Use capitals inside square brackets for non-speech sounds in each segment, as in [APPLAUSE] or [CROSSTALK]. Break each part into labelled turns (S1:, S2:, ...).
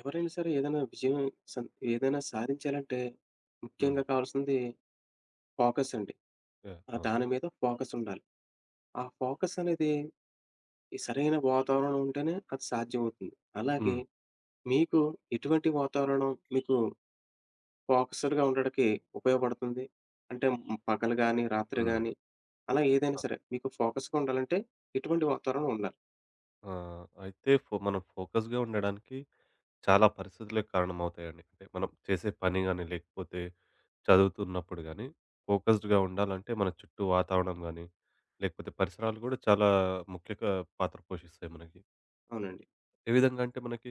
S1: ఎవరైనా సరే ఏదైనా విజయం సం ఏదైనా సాధించాలంటే
S2: హ్మ్.
S1: ముఖ్యంగా కావాల్సింది ఫోకస్ అండి.
S2: యాహ్!
S1: ఆ!
S2: అవును.
S1: దాని మీద ఫోకస్ ఉండాలి. ఆ ఫోకస్ అనేది ఈ సరైన వాతావరణం ఉంటేనే అది సాధ్యమవుతుంది. అలాగే
S2: హ్మ్.
S1: మీకు ఎటువంటి వాతావరణం మీకు ఫోకస్‌డ్‌గా ఉండడానికి ఉపయోగపడుతుంది? అంటే పగలు గాని, రాత్రి
S2: హ్మ్.
S1: గాని అలా ఏదైనా
S2: అ
S1: సరే మీకు ఫోకస్‌గా ఉండాలంటే ఎటువంటి వాతావరణం ఉండాలి?
S2: ఆహ్, అయితే ఫో మనం ఫోకస్‌గా ఉండడానికి చాలా పరిస్థితులే కారణమవుతాయండి. అంటే మనం చేసే పని గాని, లేకపోతే చదువుతున్నప్పుడు గాని, ఫోకస్డ్‌గా ఉండాలంటే మన చుట్టూ వాతావరణం గాని, లేకపోతే పరిసరాలు గూడా చాలా ముఖ్య పాత్ర పోషిస్తాయి మనకి.
S1: అవునండి.
S2: ఏ విధంగా అంటే మనకి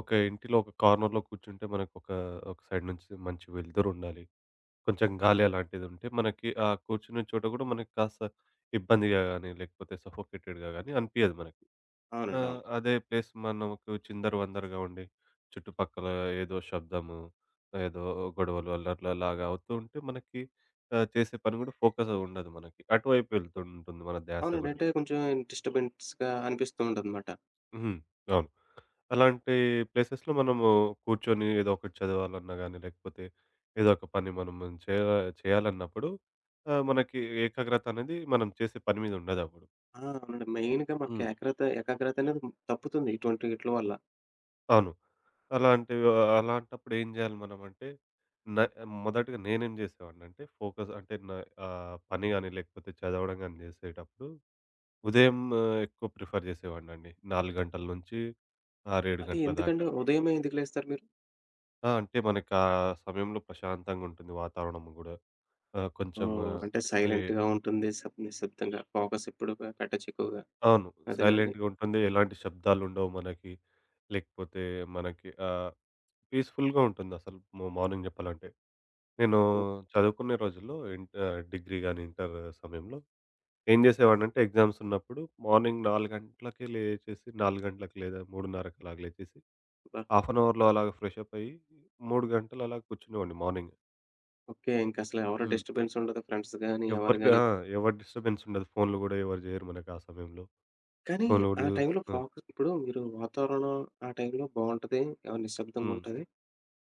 S2: ఒక ఇంటిలో ఒక కార్నర్‌లో కూర్చుంటే మనకొక ఒక ఒక సైడ్ నుంచి మంచి వెలుతురుండాలి. కొంచెం గాలి అలాంటిదుంటే మనకి ఆ కూర్చునే చోట గూడా మనకి కాస్త ఇబ్బందిగా గానీ, లేకపోతే సఫోకేటెడ్‌గా గానీ అనిపియదు మనకి.
S1: అవునండి. అవును.
S2: అదే ప్లేస్ మనకు చిందరవందరగా ఉండి, చుట్టుపక్కల ఏదో శబ్దము, ఏదో గొడవలు, అల్లర్లలాగా అవుతూ ఉంటే మనకి చేసే పని గూడా ఫోకస్ ఉండదు మనకి. అటువైపు వెళ్తుంటుంది మన ధ్యాస
S1: అవునండి.
S2: గూడా.
S1: అంటే కొంచెం డిస్టర్బెన్స్‌గా అనిపిస్తూ ఉంటదనమాట.
S2: హ్మ్. అవును. అలాంటి ప్లేసెస్‌లో మనము కూర్చొని ఏదో ఒకటి చదవాలన్నా గాని, లేకపోతే ఏదో ఒక పని మనం చేయ చేయాలన్నప్పుడు ఆహ్, మనకి ఏకాగ్రత అనేది మనం చేసే పని మీద ఉండదప్పుడు.
S1: ఆ! అవునండి. మెయిన్‌గా మనకి
S2: హ్మ్.
S1: ఏకాగ్రత ఏకాగ్రత అనేది తప్పుతుంది ఇటువంటి ఈట్ల వల్ల.
S2: అవును. అలాంటి అలాంటప్పుడు ఏం చేయాలి మనమంటే, న మొదటిగా నేనేం చేసేవాడినంటే ఫోకస్ అంటే నా పని గాని, లేకపోతే చదవడం గాని చేసేటప్పుడు ఉదయం ఎక్కువ ప్రిఫర్ చేసేవాడినండి. 4 గంటల నుంచి 6, 7
S1: అది
S2: గంటల దాకా.
S1: ఎందుకండి ఉదయమే ఎందుకు లేస్తారు మీరు?
S2: ఆ! అంటే మనకి ఆ సమయంలో ప్రశాంతంగా ఉంటుంది వాతావరణం గూడా. ఆ! కొంచెం
S1: ఓహ్! అంటే
S2: ఎ
S1: సైలెంట్‌గా ఉంటుంది. సబ్ నిశ్శబ్దంగా ఫోకస్ ఎప్పుడు పెట్టచ్చు ఎక్కువగా.
S2: అవును.
S1: అదేనండి.
S2: సైలెంట్‌గా ఉంటుంది. ఎలాంటి శబ్దాలుండవు మనకి. లేకపోతే మనకి పీస్‌ఫుల్‌గా ఉంటుందసలు మా మార్నింగ్ జెప్పాలంటే. నేను చదువుకునే రోజుల్లో డిగ్రీ గాని, ఇంటర్ సమయంలో ఏం జేసేవాడినంటే ఎగ్జామ్స్ ఉన్నప్పుడు మార్నింగ్ 4 గంటలకి లేచేసి 4 గంటలకు లేదా 3:30కి అలాగ లేచేసి
S1: అబ్బా!
S2: హాఫ్ అన్ అవర్‌లో అలాగ ఫ్రెష్ అప్ అయ్యి 3 గంటలు అలా కూర్చునేవాడిని మార్నింగ్.
S1: ఓకే. ఇంకసలు ఎవరు
S2: హ్మ్.
S1: డిస్టర్బెన్స్ ఉండదు. ఫ్రెండ్స్ గాని, ఎవరు
S2: ఎవరి
S1: గాని.
S2: ఆ! ఎవరి డిస్టర్బెన్స్ ఉండదు. ఫోన్‌లు గూడా ఎవరు జేయరు మనకు ఆ సమయంలో.
S1: కానీ
S2: ఫోన్‌లు
S1: ఆ
S2: గూడా జూ
S1: టైంలో
S2: ఆ!
S1: ఫోకస్ ఇప్పుడు మీరు వాతావరణం ఆ టైంలో బావుంటది. ఆహ్, నిశ్శబ్దంగా
S2: హ్మ్.
S1: ఉంటది.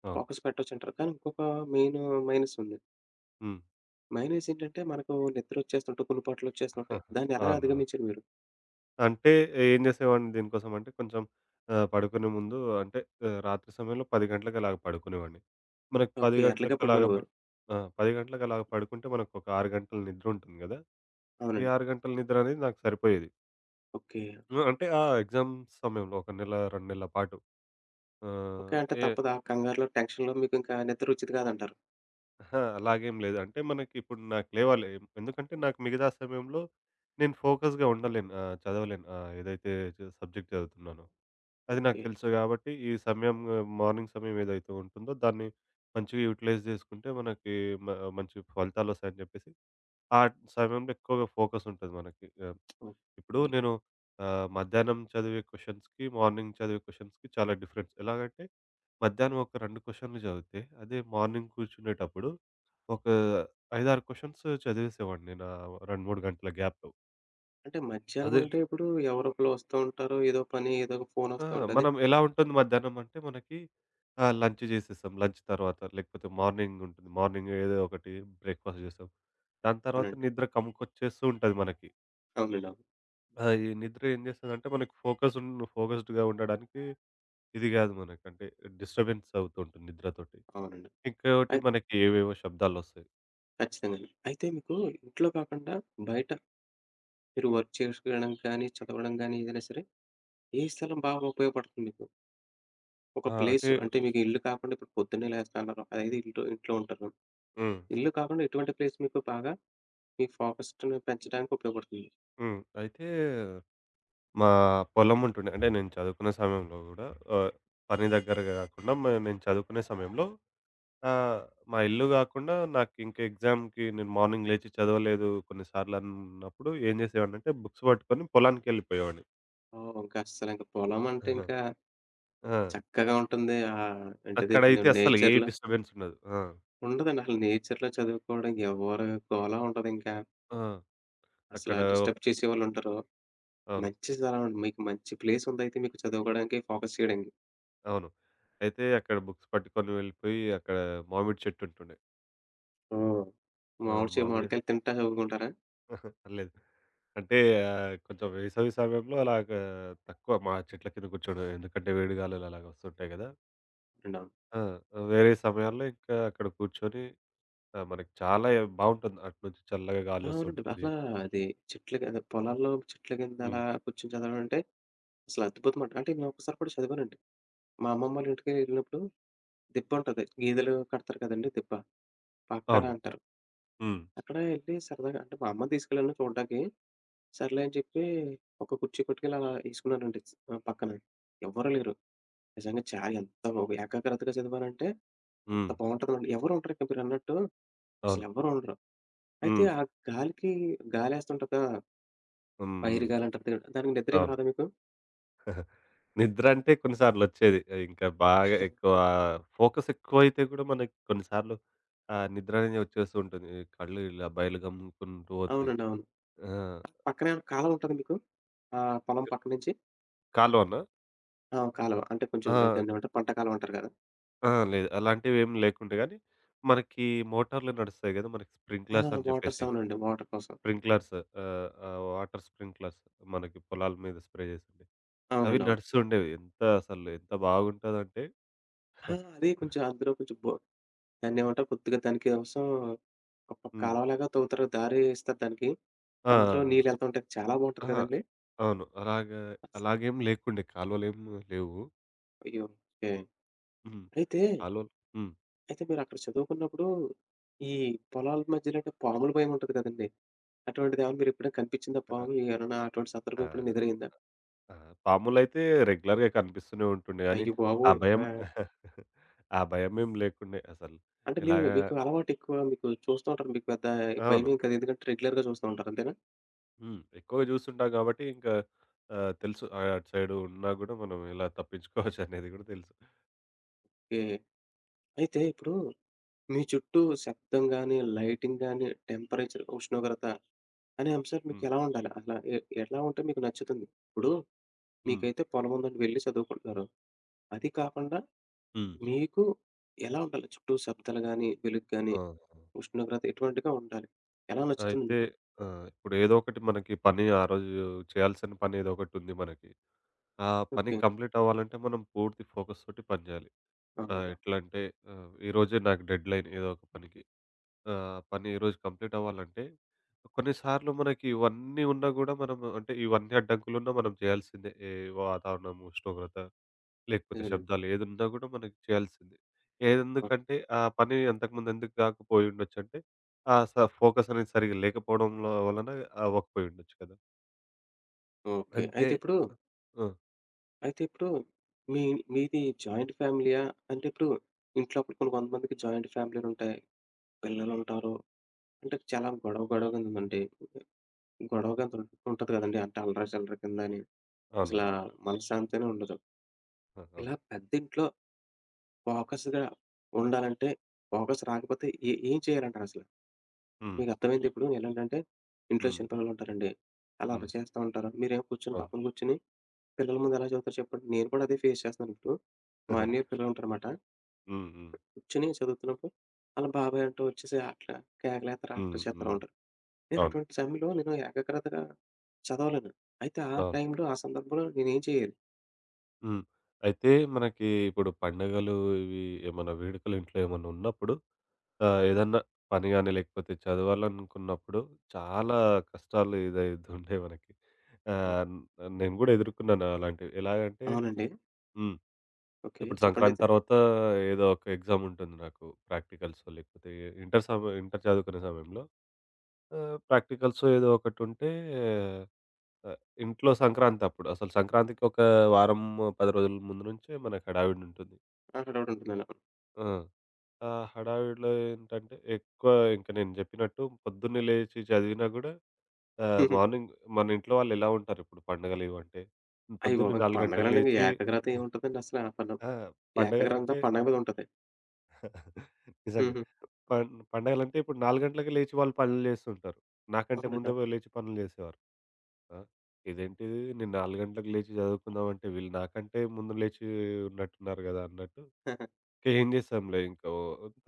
S2: అవును.
S1: ఫోకస్ పెట్టొచ్చంటారు. కానీ ఇంకొక మెయిన్ మైనస్ ఉంది.
S2: హ్మ్.
S1: మైనస్ ఏంటంటే మనకు నిద్రొచ్చేస్తుంటే,
S2: [LAUGHS]
S1: కుంగుపాట్లొచ్చేస్తుంటాయి. దాన్ని ఎలా
S2: అవును. అవును.
S1: అధిగమించారు మీరు?
S2: అంటే ఏం చేసేవాడిని దీనికోసం అంటే కొంచెం పడుకునే ముందు అంటే రాత్రి సమయంలో 10 గంటలకు అలాగ పడుకునేవాడిని. మనకు 10
S1: ఓకే. ఎట్లాగా
S2: గంటలకు అలాగ ప
S1: పడుకునేవారు?
S2: ఆ! 10 గంటలకు అలాగ పడుకుంటే మనకు ఒక 6 గంటల నిద్ర ఉంటుంది గదా! ఈ
S1: అవునండి.
S2: 6 గంటల నిద్ర అనేది నాకు సరిపోయేది.
S1: ఓకే.
S2: హ్మ్. అంటే ఆ ఎగ్జామ్ సమయంలో ఒక నెల, 2 నెలల పాటు.
S1: ఓకే.
S2: ఆహ్,
S1: అంటే
S2: ఏ
S1: తప్పదు ఆ కంగారులో, టెన్షన్‌లో మీకింకా నిద్ర వచ్చేది కాదంటారు.
S2: అహా! అలాగేం లేదు. అంటే మనకి ఇప్పుడు నాకు లేవాలి. ఎందుకంటే నాకు మిగతా సమయంలో నేను ఫోకస్‌గా ఉండలేను. చదవలేను. ఏదైతే సబ్జెక్ట్ చదువుతున్నానో. అది నాకు
S1: ఓకే.
S2: తెలుసు గాబట్టి, ఈ సమయం మార్నింగ్ సమయం ఏదైతే ఉంటుందో దాన్ని మంచిగా యుటిలైజ్ జేసుకుంటే మనకి మ మంచి ఫలితాలొస్తాయని జెప్పేసి, ఆ సమయంలో ఎక్కువగా ఫోకస్ ఉంటది మనకి. ఇప్పుడు
S1: ఓకే.
S2: నేను మధ్యాహ్నం చదివే క్వెషన్స్‌కి, మార్నింగ్ చదివే క్వెషన్స్‌కి చాలా డిఫరెన్స్. ఎలాగంటే మధ్యాహ్నం ఒక 2 క్వెషన్‌లు చదివితే, అదే మార్నింగ్ కూర్చునేటప్పుడు ఒక 5, 6 క్వెషన్స్ చదివేసేవాడిని నేను ఆ 2, 3 గంటల గ్యాప్‌లో.
S1: అంటే మధ్యాహ్నం
S2: అదే
S1: అంటే ఇప్పుడు ఎవరో ఒకళ్ళు వస్తూ ఉంటారు. ఏదో పని, ఏదో ఒక ఫోన్
S2: ఆ!
S1: వస్తూ ఉంటది.
S2: మనం ఎలా ఉంటుంది మధ్యాహ్నం అంటే మనకి లంచ్ చేసేస్తాం. లంచ్ తర్వాత లేకపోతే మార్నింగ్ ఉంటుంది. మార్నింగ్ ఏదో ఒకటి బ్రేక్‌ఫాస్ట్ చేస్తాం. దాని తర్వాత
S1: అవునండి.
S2: నిద్ర కమ్ముకొచ్చేస్తూ ఉంటది మనకి.
S1: అవునండి. అవును.
S2: ఈ నిద్ర ఏం చేస్తదంటే మనకి ఫోకస్డ్‌గా ఉండడానికి ఇది కాదు మనకు. అంటే డిస్టర్బెన్స్ అవుతూ ఉంటుంది నిద్రతోటి.
S1: అవునండి.
S2: ఇంకోటి
S1: అయి
S2: మనకి ఏవేవో శబ్దాలొస్తాయి.
S1: ఖచ్చితంగానండి. అయితే మీకు ఇంట్లో కాకుండా బయట మీరు వర్క్ చేసుకోవడం కానీ, చదవడం గానీ ఏదైనా సరే, ఏ స్థలం బాగా ఉపయోగపడుతుంది మీకు? ఒక
S2: ఆ! అంటే
S1: ప్లేస్ అంటే మీకు ఇల్లు కాకుండా ఇప్పుడు పొద్దున్నే లేస్తన్నారు. అదైతే ఇంట్లో ఇంట్లో ఉంటారు.
S2: హ్మ్.
S1: ఇల్లు కాకుండా ఎటువంటి ప్లేస్ మీకు బాగా మీ ఫోకస్‌ని పెంచడానికి ఉపయోగపడుతుంది?
S2: హ్మ్. అయితే మా పొలం ఉంటుండే. అంటే నేను చదువుకునే సమయంలో గూడా ఆహ్, పని దగ్గర కాకుండా నేను చదువుకునే సమయంలో ఆ! మా ఇల్లు గాకుండా నాకింక ఎగ్జామ్‌కి నేను మార్నింగ్ లేచి చదవలేదు కొన్నిసార్లు అన్నప్పుడు ఏం చేసేవాడినంటే బుక్స్ పట్టుకొని పొలానికెళ్ళిపోయేవాడిని.
S1: ఓహ్! ఇంకా అస్సలింక పొలమంటే
S2: ఆహా!
S1: ఇంకా
S2: ఆ!
S1: చక్కగా ఉంటుంది. ఆహ్, ఏంటిది దాని
S2: అక్కడైతే అస్సలు ఏ
S1: నేచర్‌లో
S2: డిస్టర్బెన్స్ ఉండదు. ఆ!
S1: ఉండదండి. అసలు నేచర్‌లో చదువుకోవడం ఎవరి గోల ఉండదింకా.
S2: ఆ!
S1: అసలా
S2: అక్కడ ఒక-
S1: డిస్టర్బ్ చేసేవాళ్ళుండరు.
S2: అవును.
S1: మంచి స్థలం అండి. మీకు మంచి ప్లేసుందయితే మీకు చదువుకోవడానికి, ఫోకస్ చేయడానికి.
S2: అవును. అయితే అక్కడ బుక్స్ పట్టుకొని వెళ్ళిపోయి అక్కడ మామిడి చెట్టు ఉంటుండే.
S1: హ్మ్.
S2: ఆ! మామిడి
S1: మామిడికాయలు తింటా చదువుకుంటారా?
S2: [LAUGHS] లేదు. అంటే కొంచెం వేసవి సమయంలో అలాగా తక్కువ మా చెట్ల కింద కూర్చోవడం. ఎందుకంటే వేడి గాలులు అలాగ వస్తుంటాయి గదా!
S1: అండి అవును.
S2: ఆ! వేరే సమయాల్లో ఇంకా అక్కడ కూర్చొని ఆ! మనకి చాలా బావుంటుంది. అటు నుంచి చల్లగా
S1: అవునండి.
S2: గాలోస్తుంటుంది.
S1: అసలా అది చెట్ల కింద పొలాల్లో చెట్ల కింద అలా
S2: హ్మ్.
S1: కూర్చొని చదవడం అంటే అసలు అద్భుతమండి. అంటే నేను ఒక్కసారి కూడా చదివానండి. మా అమ్మమ్మ వాళ్ళ ఇంటికి వెళ్ళినప్పుడు దిబ్బ ఉంటది. గేదెలు కడతారు కదండీ! దిబ్బ. అక్కడ
S2: అవును.
S1: అంటారు.
S2: హ్మ్.
S1: అక్కడ ఎళ్లి సరదాగా అంటే మా అమ్మ తీసుకెళ్ళాను చూడ్డానికి. సర్లే అని చెప్పి ఒక కుర్చీ పట్టుకెళ్ళి అలా ఎసుకున్నానండి ఆహ్, పక్కన. ఎవ్వరు లేరు. నిజంగా చాలా ఎంత ఏకాగ్రతగా చదివానంటే అంత
S2: హ్మ్.
S1: బావుంటదండి. ఎవరు ఉండరు ఇక్కడ మీరన్నట్టు అసలు
S2: అవును.
S1: ఎవ్వరు ఉండరు. అయితే
S2: హ్మ్.
S1: ఆ గాలికి గాలేస్తుంటది కదా!
S2: హ్మ్. హ్మ్.
S1: పైరు గాలి అంటారు చూడండి. దానికి నిద్ర ఏమి
S2: అవును.
S1: రాదా మీకు?
S2: [LAUGHS] నిద్ర అంటే కొన్ని సార్లొచ్చేది. ఇంకా బాగా ఎక్కువ
S1: [LAUGHS]
S2: ఫోకస్ ఎక్కువైతే గూడా మనకి కొన్ని సార్లు నిద్ర అనేది వచ్చేస్తూ ఉంటుంది. కళ్ళు ఇలా బయలు గమ్ముకుంటూ పోతాయి.
S1: అవునండి. అవును.
S2: ఆ!
S1: పక్కనే కాలవ ఉంటదా మీకు? ఆ పొలం పక్క నుంచి
S2: కాలువనా?
S1: ఆ! కాలువ. అంటే కొంచెం
S2: ఆ!
S1: దాన్నేమంటారు పంట కాలువ అంటారు కదా!
S2: ఆ! లేదు. అలాంటివేమి లేకుండే గానీ, మనకి మోటార్లు నడుస్తాయి గదా! మనకి
S1: ఆ!
S2: స్ప్రింక్లర్స్ అని
S1: వాటర్
S2: చెప్పేసి.
S1: సౌండ్ అండి. వాటర్ కోసం.
S2: స్ప్రింక్లర్స్ వాటర్ స్ప్రింక్లర్స్ మనకి పొలాల మీద స్ప్రే చేస్తుండే. అవి
S1: అవునండి. అవును.
S2: నడుస్తుండేవి. ఎంత అసలు ఎంత బాగుంటదంటే
S1: ఆ!
S2: హ్మ్.
S1: అది
S2: [LAUGHS]
S1: కొంచెం అందులో కొంచెం దాన్నేమంటారు కొద్దిగా దానికి కోసం ఒక కాలవలాగా తవ్వుతారు. దారి ఇస్తారు దానికి.
S2: ఆ! ఆ!
S1: అందులో
S2: ఆ!
S1: నీళ్ళెళ్తా ఉంటాయి. చాలా బావుంటది
S2: అహా!
S1: కదండీ!
S2: అవును. అలాగా అలాగేం లేకుండే. కాలువలేం లేవు.
S1: అయ్యో! ఓకే.
S2: హ్మ్.
S1: అయితే,
S2: కాలువలు హ్మ్.
S1: అయితే మీరక్కడ చదువుకున్నప్పుడు ఈ పొలాల మధ్యలో అంటే పాముల భయముంటది కదండీ! అటువంటిదేమన్నా మీరెప్పుడైనా కనిపించిందా
S2: ఆ!
S1: పాము? ఏమన్నా అటువంటి
S2: ఆ!
S1: సందర్భం ఎప్పుడైనా ఎదురైందా?
S2: ఆ! పాములైతే రెగ్యులర్‌గా కనిపిస్తూనే ఉంటుండే గానీ,
S1: అయ్య
S2: ఆ
S1: బాబోయ్!
S2: భయం
S1: ఆ!
S2: [LAUGHS] ఆ భయమేం లేకుండే అసలు.
S1: అంటే మీరు
S2: ఎలాగా
S1: మీకు అలవాటు ఎక్కువ మీకు చూస్తూ ఉంటారు. మీకు పెద్ద
S2: అవును.
S1: భయమేం కాదు. ఎందుకంటే రెగ్యులర్‌గా చూస్తూ ఉంటారు. అంతేనా?
S2: హ్మ్. ఎక్కువగా చూస్తుంటాం గాబట్టి ఇంకా తెలుసు అటు సైడ్ ఉన్నా గూడా మనం ఎలా తప్పించుకోవచ్చనేది గూడా తెలుసు.
S1: ఓకే. అయితే ఇప్పుడు మీ చుట్టూ శబ్దం గాని, లైటింగ్ గాని, టెంపరేచర్, ఉష్ణోగ్రత అనే అంశాలు
S2: హ్మ్.
S1: మీకెలా ఉండాలి? అలా ఎ ఎలా ఉంటే మీకు నచ్చుతుంది? ఇప్పుడు
S2: హ్మ్.
S1: మీకైతే పొలం ఉందండి వెళ్లి చదువుకుంటున్నారు. అది కాకుండా
S2: హ్మ్.
S1: మీకు ఎలా ఉండాలి? చుట్టూ శబ్దాలు గాని, వెలుగు గాని,
S2: ఆహా!
S1: ఉష్ణోగ్రత ఎటువంటిగా ఉండాలి? ఎలా నచ్చుతుంది
S2: అయితే
S1: మీకు?
S2: ఆ! ఇప్పుడు ఏదో ఒకటి మనకి పని ఆ రోజు చేయాల్సిన పని ఏదో ఒకటుంది మనకి. ఆ పని
S1: ఓకే.
S2: కంప్లీట్ అవ్వాలంటే మనం పూర్తి ఫోకస్ తోటి పని జేయాలి.
S1: అవునండి. అవును.
S2: ఎట్లంటే ఈరోజే నాకు డెడ్‌లైన్ ఏదో ఒక పనికి. ఆ! పని ఈరోజు కంప్లీట్ అవ్వాలంటే, కొన్నిసార్లు మనకి ఇవన్నీ ఉన్నా గూడా మనము అంటే ఇవన్నీ అడ్డంకులున్నా మనం చేయాల్సిందే. ఏ వాతావరణం, ఉష్ణోగ్రత, లేకపోతే
S1: నిజమేనండి.
S2: శబ్దాలు ఏదున్నా గూడా మనకి చేయాల్సిందే.
S1: ఆ!
S2: ఏదెందుకంటే ఆ పని అంతకుముందు ఎందుకు కాకపోయి ఉండొచ్చంటే, ఆ స ఫోకస్ అనేది సరిగ్గా లేకపోవడంలో వలన అవ్వకపోయి ఉండొచ్చు కదా!
S1: ఓకే.
S2: అంటే
S1: అయితే ఇప్పుడు
S2: ఆ!
S1: అయితే ఇప్పుడు మీ మీది జాయింట్ ఫ్యామిలీయా? అంటే ఇప్పుడు ఇంట్లో అప్పుడు కొన్ని కొంతమందికి జాయింట్ ఫ్యామిలీలుంటాయి. పిల్లలుంటారు. అంటే చాలా గొడవ గొడవగా ఉందండి. గొడవగా ఉంటు ఉంటది కదండీ. అంటే అల్లరి చిల్లరి కిందని అసలా
S2: అవునవును.
S1: మనశ్శాంతనే ఉండదు.
S2: ఆ! అవును.
S1: ఇలా పెద్ద ఇంట్లో ఫోకస్‌గా ఉండాలంటే ఫోకస్ రాకపోతే ఏం చేయాలంటారసల?
S2: హ్మ్.
S1: మీకర్థమైందా ఇప్పుడు? నేను ఎలాంటంటే ఇంట్లో
S2: హ్మ్.
S1: చిన్న పిల్లలుంటారండి. ఆళ్ళు
S2: హ్మ్.
S1: అల్లరి చేస్తా ఉంటారు. మీరేమో కూర్చొని
S2: అవును.
S1: పక్కన కూర్చొని పిల్లల ముందు ఎలా చదువుతారు చెప్పండి? నేను కూడా అదే ఫేస్ చేస్తున్నాను ఇప్పుడు. మా అన్నయ్య
S2: [LAUGHS]
S1: పిల్లలుంటారనమాట.
S2: హ్మ్. హ్మ్.
S1: కూర్చొని చదువుతున్నప్పుడు ఆళ్ళ బాబాయ్ అంటూ వచ్చేసి అట్లా కేకలేస్తారు, అల్లరి
S2: హ్మ్.
S1: చేస్తా
S2: హ్మ్.
S1: ఉంటారు. నేను
S2: అవును.
S1: అటువంటి సమయంలో నేను ఏకాగ్రతగా చదవలేను. అయితే ఆ
S2: అవును.
S1: టైంలో, ఆ సందర్భంలో నేనేం చేయాలి?
S2: హ్మ్. అయితే మనకి ఇప్పుడు పండగలు ఇవి ఏమన్నా వేడుకలు ఇంట్లో ఏమన్నా ఉన్నప్పుడు ఏదన్నా పని గాని లేకపోతే చదవాలనుకున్నప్పుడు చాలా కష్టాలు ఇదైతుంటాయి మనకి.
S1: అవునా
S2: ఆహ్, నేను గూడా ఎదుర్కొన్నాను అలాంటివి. ఎలాగంటే
S1: అవునండి.
S2: హ్మ్.
S1: ఓకే.
S2: ఇప్పుడు సంక్రాంతి
S1: చెప్పండయితే.
S2: తర్వాత ఏదో ఒక ఎగ్జామ్ ఉంటుంది నాకు. ప్రాక్టికల్సో లేకపోతే ఇంటర్ చదువుకునే సమయంలో ప్రాక్టికల్సో ఏదో ఒకటుంటే ఆహ్, ఇంట్లో సంక్రాంతి అప్పుడు. అసలు సంక్రాంతికి ఒక వారం, 10 రోజుల ముందు నుంచే మనకు హడావిడి ఉంటుంది.
S1: ఆ! డౌట్ ఉంటుందలా.
S2: ఆ! ఆ హడావిడిలో ఏంటంటే ఎక్కువ ఇంక నేను జెప్పినట్టు పొద్దున్నే లేచి చదివినా గూడా మార్నింగ్ మన ఇంట్లో వాళ్ళెలా ఉంటారిప్పుడు పండగలు ఇవంటే?
S1: అయ్య
S2: పొద్దున్నే
S1: బాబోయ్! ఇంక
S2: 4 గంటలకు
S1: పండగలంటే ఇంక [LAUGHS]
S2: లేచి
S1: ఏకాగ్రత ఏముంటదండి అసల ఆ పను
S2: ఆ!
S1: ఏకాగ్రత అంతా
S2: పండగలంటే
S1: పండగ మీద ఉంటది.
S2: [LAUGHS] నిజంగా.
S1: హుహు.
S2: పం పండగలంటే ఇప్పుడు 4 గంటలకే లేచి వాళ్ళు పనులు జేస్తుంటారు. నాకంటే
S1: అవునండి.
S2: ముందే బోయి లేచి పనులు జేసేవారు. ఆ! ఇదేంటిది నేను 4 గంటలకు లేచి చదువుకుందామంటే వీళ్ళు నాకంటే ముందు లేచి ఉన్నట్టున్నారు గదా! అన్నట్టు
S1: [LAUGHS] అవును.
S2: ఏం చేసాంలే ఇంకా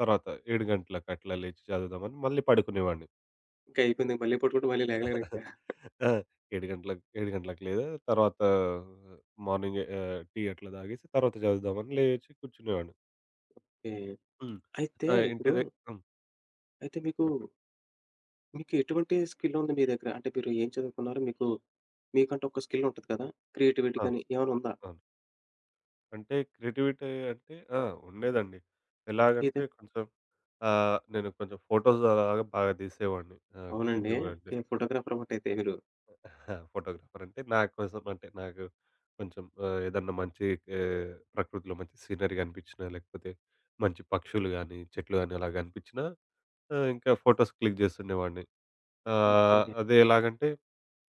S2: తర్వాత 7 గంటలకు అట్లా లేచి చదువుదామని మళ్ళీ పడుకునేవాడిని.
S1: ఇంక అయిపోయింది. మళ్ళీ పడుకుంటే మళ్ళీ లెగలేరింక.
S2: ఆ! 7 గంటలకు లేదా తర్వాత మార్నింగ్ టీ అట్లా తాగేసి తర్వాత చదువుదామని లేచి కూర్చునేవాడిని.
S1: ఓకే.
S2: హ్మ్.
S1: అయితే
S2: ఆ! ఇంటి
S1: ఇప్పుడు
S2: దగ్ హ్మ్.
S1: అయితే మీకు,
S2: చెప్పండి.
S1: మీకు ఎటువంటి స్కిల్ ఉంది మీ దగ్గర? అంటే మీరు ఏం చదువుకున్నారు? మీకంటూ ఒక స్కిల్ ఉంటది కదా! క్రియేటివిటీ
S2: ఆ!
S1: గాని ఏమైనా ఉందా?
S2: అవును. అంటే క్రియేటివిటీ అంటే ఆ! ఉండేదండి.
S1: మీదే
S2: ఎలాగంటే కొంచెం నేను కొంచెం ఫోటోస్ అలాగా బాగా తీసేవాడిని.
S1: అవునండి.
S2: క్రియేటివ్‌గా అంటే
S1: ఓకే. ఫోటోగ్రాఫర్ అన్నమాట అయితే మీరు.
S2: ఆ! ఫోటోగ్రాఫర్ అంటే నా కోసం అంటే నాకు కొంచెం ఏదన్నా మంచి ప్రకృతిలో మంచి సీనరీ కనిపించినా, లేకపోతే మంచి పక్షులు గాని, చెట్లు గాని అలా కనిపించినా ఇంకా ఫోటోస్ క్లిక్ చేస్తుండేవాడిని.
S1: ఓకే.
S2: అది ఎలాగంటే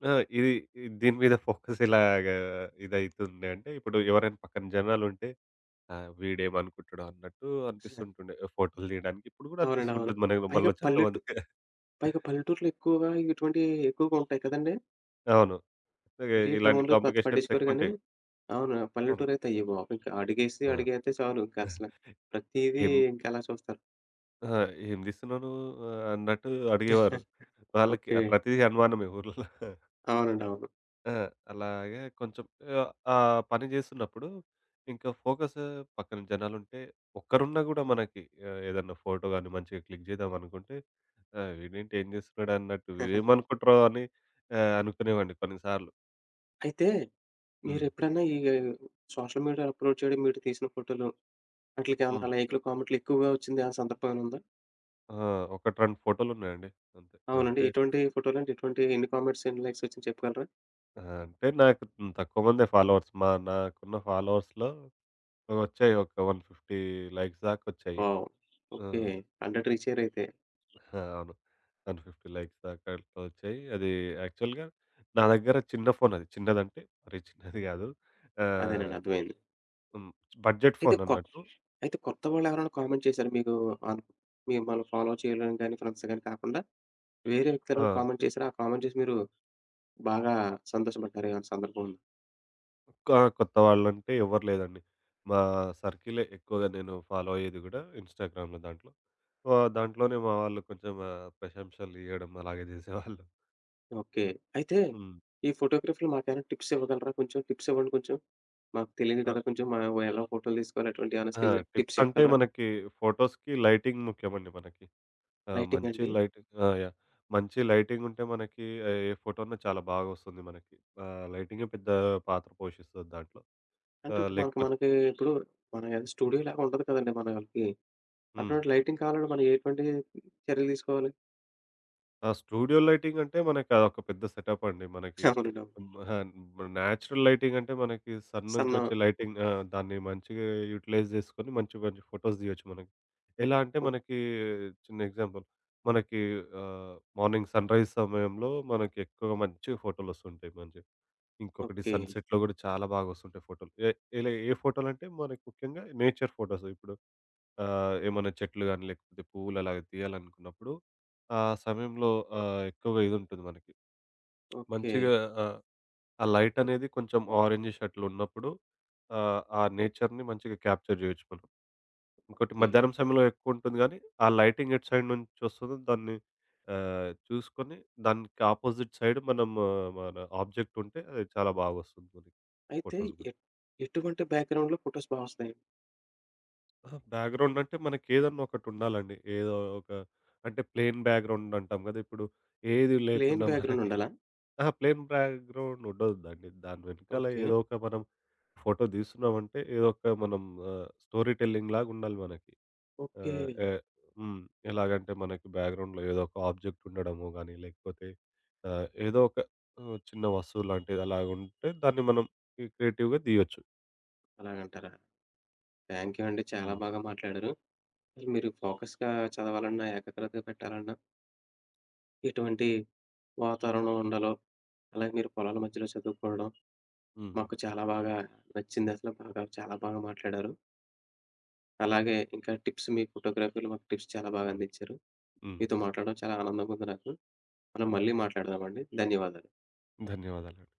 S2: ఆ! ఇది ఇది- దీని మీద ఫోకస్ ఇలాగా ఇదైతుండే అంటే ఇప్పుడు ఎవరైనా పక్కన జనాలుంటే వీడేమనుకుంటాడో అన్నట్టు అనిపిస్తుంటుండే ఫోటోలు తీయడానికి. ఇప్పుడు కూడా
S1: అవునండి. అవును.
S2: అనిపిస్తుంటుంది మనకు
S1: పైగా
S2: మనలో చాలా
S1: పల్లెటూ
S2: మందికి.
S1: పైగా
S2: [LAUGHS]
S1: పల్లెటూరులో ఎక్కువగా ఇటువంటివి ఎక్కువగా ఉంటాయి కదండీ!
S2: అవును.
S1: మరీ
S2: ఇలాంటి
S1: టౌన్‌లో పెద్ద
S2: కాంప్లికేషన్స్
S1: పట్టించుకోరు గానీ
S2: ఎక్కువుంటాయి.
S1: అవును.
S2: అవును.
S1: పల్లెటూరైతే అయ్య బాబోయ్! ఇంకా అడుగేసి
S2: ఆ!
S1: అడుగేత్తే చాలు ఇంక అసల. ప్రతీదీ
S2: ఏం
S1: ఇంక అలా చూస్తారు.
S2: ఆ! ఏం తీస్తున్నావు నువ్వు అన్నట్టు అడిగేవారు.
S1: [LAUGHS]
S2: వాళ్ళకి
S1: ఓకే.
S2: ఆ ప్రతీదీ అనుమానమే ఊర్లలో.
S1: అవునండి. అవును.
S2: ఆ! అలాగే కొంచెం ఆ పని చేస్తున్నప్పుడు ఇంకా ఫోకస్ పక్కన జనాలుంటే ఒక్కరున్నా గూడా మనకి ఏదన్నా ఫోటో గాని మంచిగా క్లిక్ చేద్దాం అనుకుంటే వీడేంటి ఏం చేస్తున్నాడు అన్నట్టు
S1: [LAUGHS]
S2: ఏమనుకుంటారో అని అనుకునేవాడిని కొన్నిసార్లు.
S1: అయితే
S2: హ్మ్.
S1: మీరెప్పుడన్నా ఈ సోషల్ మీడియా అప్‌లోడ్ చేయడం మీరు తీసిన ఫోటోలు
S2: హ్మ్.
S1: ఆటిలికేమన్నా లైక్‌లు, కామెంట్‌లు ఎక్కువగా వచ్చింది ఆ సందర్భం ఏమైనా ఉందా?
S2: ఆ! 1, 2 ఫోటోలున్నాయండి అంతే.
S1: అవునండి.
S2: అంటే
S1: ఎటువంటి ఫోటోలు అంటే ఎటువంటి ఎన్ని కామెంట్స్, ఎన్ని లైక్స్ వచ్చింది చెప్పగలరా?
S2: ఆ! అంటే నాకు తక్కువ మందే ఫాలోవర్స్. మా నాకున్న ఫాలోవర్స్‌లో వచ్చాయి. ఒక 150 లైక్స్ దాకొచ్చాయి.
S1: వావ్!
S2: ఆ!
S1: ఓకే. 100 రీచ్ అయ్యారైతే.
S2: అవును. 150 లైక్స్ దాకా అట్లా వచ్చాయి. అది యాక్చువల్‌గా నా దగ్గర చిన్న ఫోన్ అది. చిన్నదంటే మరీ చిన్నది గాదు. ఆహ్,
S1: అదేనండి అర్థమైంది.
S2: హ్మ్. బడ్జెట్
S1: అయితే
S2: ఫోన్
S1: కొ
S2: అన్నట్టు.
S1: అయితే కొత్త వాళ్ళెవరైనా కామెంట్ చేసారా మీకు? అన్ మిమ్మల్ని ఫాలో చేయడం గాని, ఫ్రెండ్స్ గాని కాకుండా వేరే వ్యక్తులెవరైనా
S2: ఆ!
S1: కామెంట్ చేసారా? ఆ కామెంట్ చేసి మీరు బాగా సంతోషపడ్డారా ఏమైనా సందర్భం ఉందా?
S2: క కొత్త వాళ్ళంటే ఎవ్వరు లేదండి. మా సర్కిలే ఎక్కువగా నేను ఫాలో అయ్యేది గూడా ఇన్‌స్టాగ్రామ్‌లో దాంట్లో. సో, దాంట్లోనే మా వాళ్ళు కొంచెం ప్రశంసలు ఇయ్యడం అలాగే జేసేవాళ్ళు.
S1: ఓకే. అయితే
S2: హ్మ్.
S1: ఈ ఫోటోగ్రఫీ‌లో మాకేమైనా టిప్స్ ఇవ్వగలరా కొంచెం? టిప్స్ ఇవ్వండి కొంచెం. మాకు తెలియదు
S2: ఆ!
S1: కదా! కొంచెం మా ఎలా ఫోటోలు తీసుకోవాలి అటువంటి ఏమైనా
S2: ఆ!
S1: స్కిల్స్
S2: టిప్స్
S1: టిప్స్
S2: అంటే
S1: చెప్పగలరా?
S2: మనకి ఫోటోస్‌కి లైటింగ్ ముఖ్యమండి మనకి. ఆ!
S1: లైటింగ్
S2: మంచి
S1: అండి.
S2: లైట్ ఆ! యాహ్! మంచి లైటింగ్ ఉంటే మనకి ఏ ఏ ఫోటో‌ను చాలా బాగా వస్తుంది మనకి. లైటింగే పెద్ద పాత్ర పోషిస్తది దాంట్లో.
S1: అంటే ఇప్పుడు మనకి
S2: లేకపోతే
S1: మనకి ఇప్పుడు మన ఏదో స్టూడియో లాగా ఉంటది కదండీ మనకి.
S2: హ్మ్.
S1: అటువంటి లైటింగ్ కావాలంటే మనం ఎటువంటి చర్యలు తీసుకోవాలి?
S2: ఆ! స్టూడియో లైటింగ్ అంటే మనకి అదొక పెద్ద సెటప్ అండి. మనకి
S1: అవునండి. అవును.
S2: ఆహ్, నేచురల్ లైటింగ్ అంటే మనకి సన్ నుంచి
S1: సన్న
S2: వచ్చే లైటింగ్ ఆ! దాన్ని మంచిగా యుటిలైజ్ చేసుకొని మంచి మంచి ఫోటోస్ తీయొచ్చు మనం. ఎలా అంటే
S1: ఓ
S2: మనకి చిన్న ఎగ్జాంపుల్ మనకి ఆహ్, మార్నింగ్ సన్‌రైజ్ సమయంలో మనకి ఎక్కువగా మంచి ఫోటోలొస్తుంటాయి మంచిగా. ఇంకొకటి
S1: ఓకే.
S2: సన్‌సెట్‌లో కూడా చాలా బాగా వస్తుంటాయి ఫోటోలు. ఇలా ఏ ఫోటోలంటే మనకి ముఖ్యంగా నేచర్ ఫోటోస్ ఇప్పుడు ఏమన్నా చెట్లు గాని, లేకపోతే పువ్వులు అలాగ తీయాలనుకున్నప్పుడు, ఆ సమయంలో ఎక్కువగా ఇదుంటుంది మనకి.
S1: ఓకే.
S2: మంచిగా ఆహ్, ఆ లైట్ అనేది కొంచెం ఆరెంజిష్ అట్లున్నప్పుడు ఆ నేచర్‌ని మంచిగా క్యాప్చర్ జేయొచ్చు మనం. ఇంకోటి
S1: ఓకే.
S2: మధ్యాహ్నం సమయంలో ఎక్కువుంటుంది గానీ, ఆ లైటింగ్ ఎటు సైడ్ నుంచొస్తుందో దాన్ని చూసుకొని దానికి అపోజిట్ సైడ్ మనం ఆ, మన ఆబ్జెక్ట్ ఉంటే అది చాలా బాగొస్తుంది మనకి
S1: అయితే
S2: ఫోటోస్ గూడా.
S1: ఎట్ ఎటువంటి బ్యాక్‌గ్రౌండ్‌లో ఫోటోస్ బాగొస్తాయి?
S2: అహా! బ్యాక్‌గ్రౌండ్ అంటే మనకేదన్నా ఒకటుండాలండి. ఏదో ఒక అంటే ప్లెయిన్ బ్యాక్‌గ్రౌండ్ అంటాం గదా! ఇప్పుడు ఏది
S1: ప్లెయిన్
S2: లేకుండా
S1: బ్యాక్‌గ్రౌండ్
S2: మనకి
S1: ఉండాలా?
S2: అహా! ప్లెయిన్ బ్యాక్‌గ్రౌండ్ ఉండొద్దండి. దాని వెనకాల
S1: ఓకే.
S2: ఏదో ఒక మనం ఫోటో తీస్తున్నామంటే ఏదో ఒక మనం స్టోరీ టెల్లింగ్ లాగుండాలి మనకి.
S1: ఓకే.
S2: ఆహ్, ఎ హ్మ్. ఎలాగంటే మనకి బ్యాక్‌గ్రౌండ్‌లో ఏదో ఒక ఆబ్జెక్ట్ ఉండడము గానీ, లేకపోతే ఏదో ఒక చిన్న వస్తువు లాంటిది అలాగుంటే దాన్ని మనం క్రియేటివ్‌గా తీయొచ్చు.
S1: అలాగంటారా? థాంక్ యూ అండి. చాలా
S2: హ్మ్.
S1: బాగా మాట్లాడారు. మీరు ఫోకస్‌గా చదవాలన్నా, ఏకాగ్రతగా పెట్టాలన్నా, ఎటువంటి వాతావరణం ఉండాలో, అలాగే మీరు పొలాల మధ్యలో చదువుకోవడం,
S2: హ్మ్.
S1: మాకు చాలా బాగా నచ్చిందసల. బాగా చాలా బాగా మాట్లాడారు. అలాగే ఇంకా టిప్స్ మీ ఫోటోగ్రఫీలో మాకు టిప్స్ చాలా బాగా
S2: హ్మ్.
S1: అందించారు.
S2: హ్మ్.
S1: మీతో మాట్లాడడం చాలా ఆనందంగా ఉంది నాకు. మనం
S2: హ్మ్.
S1: మళ్ళీ మాట్లాడదామండి. ధన్యవాదాలు.
S2: ధన్యవాదాలండి.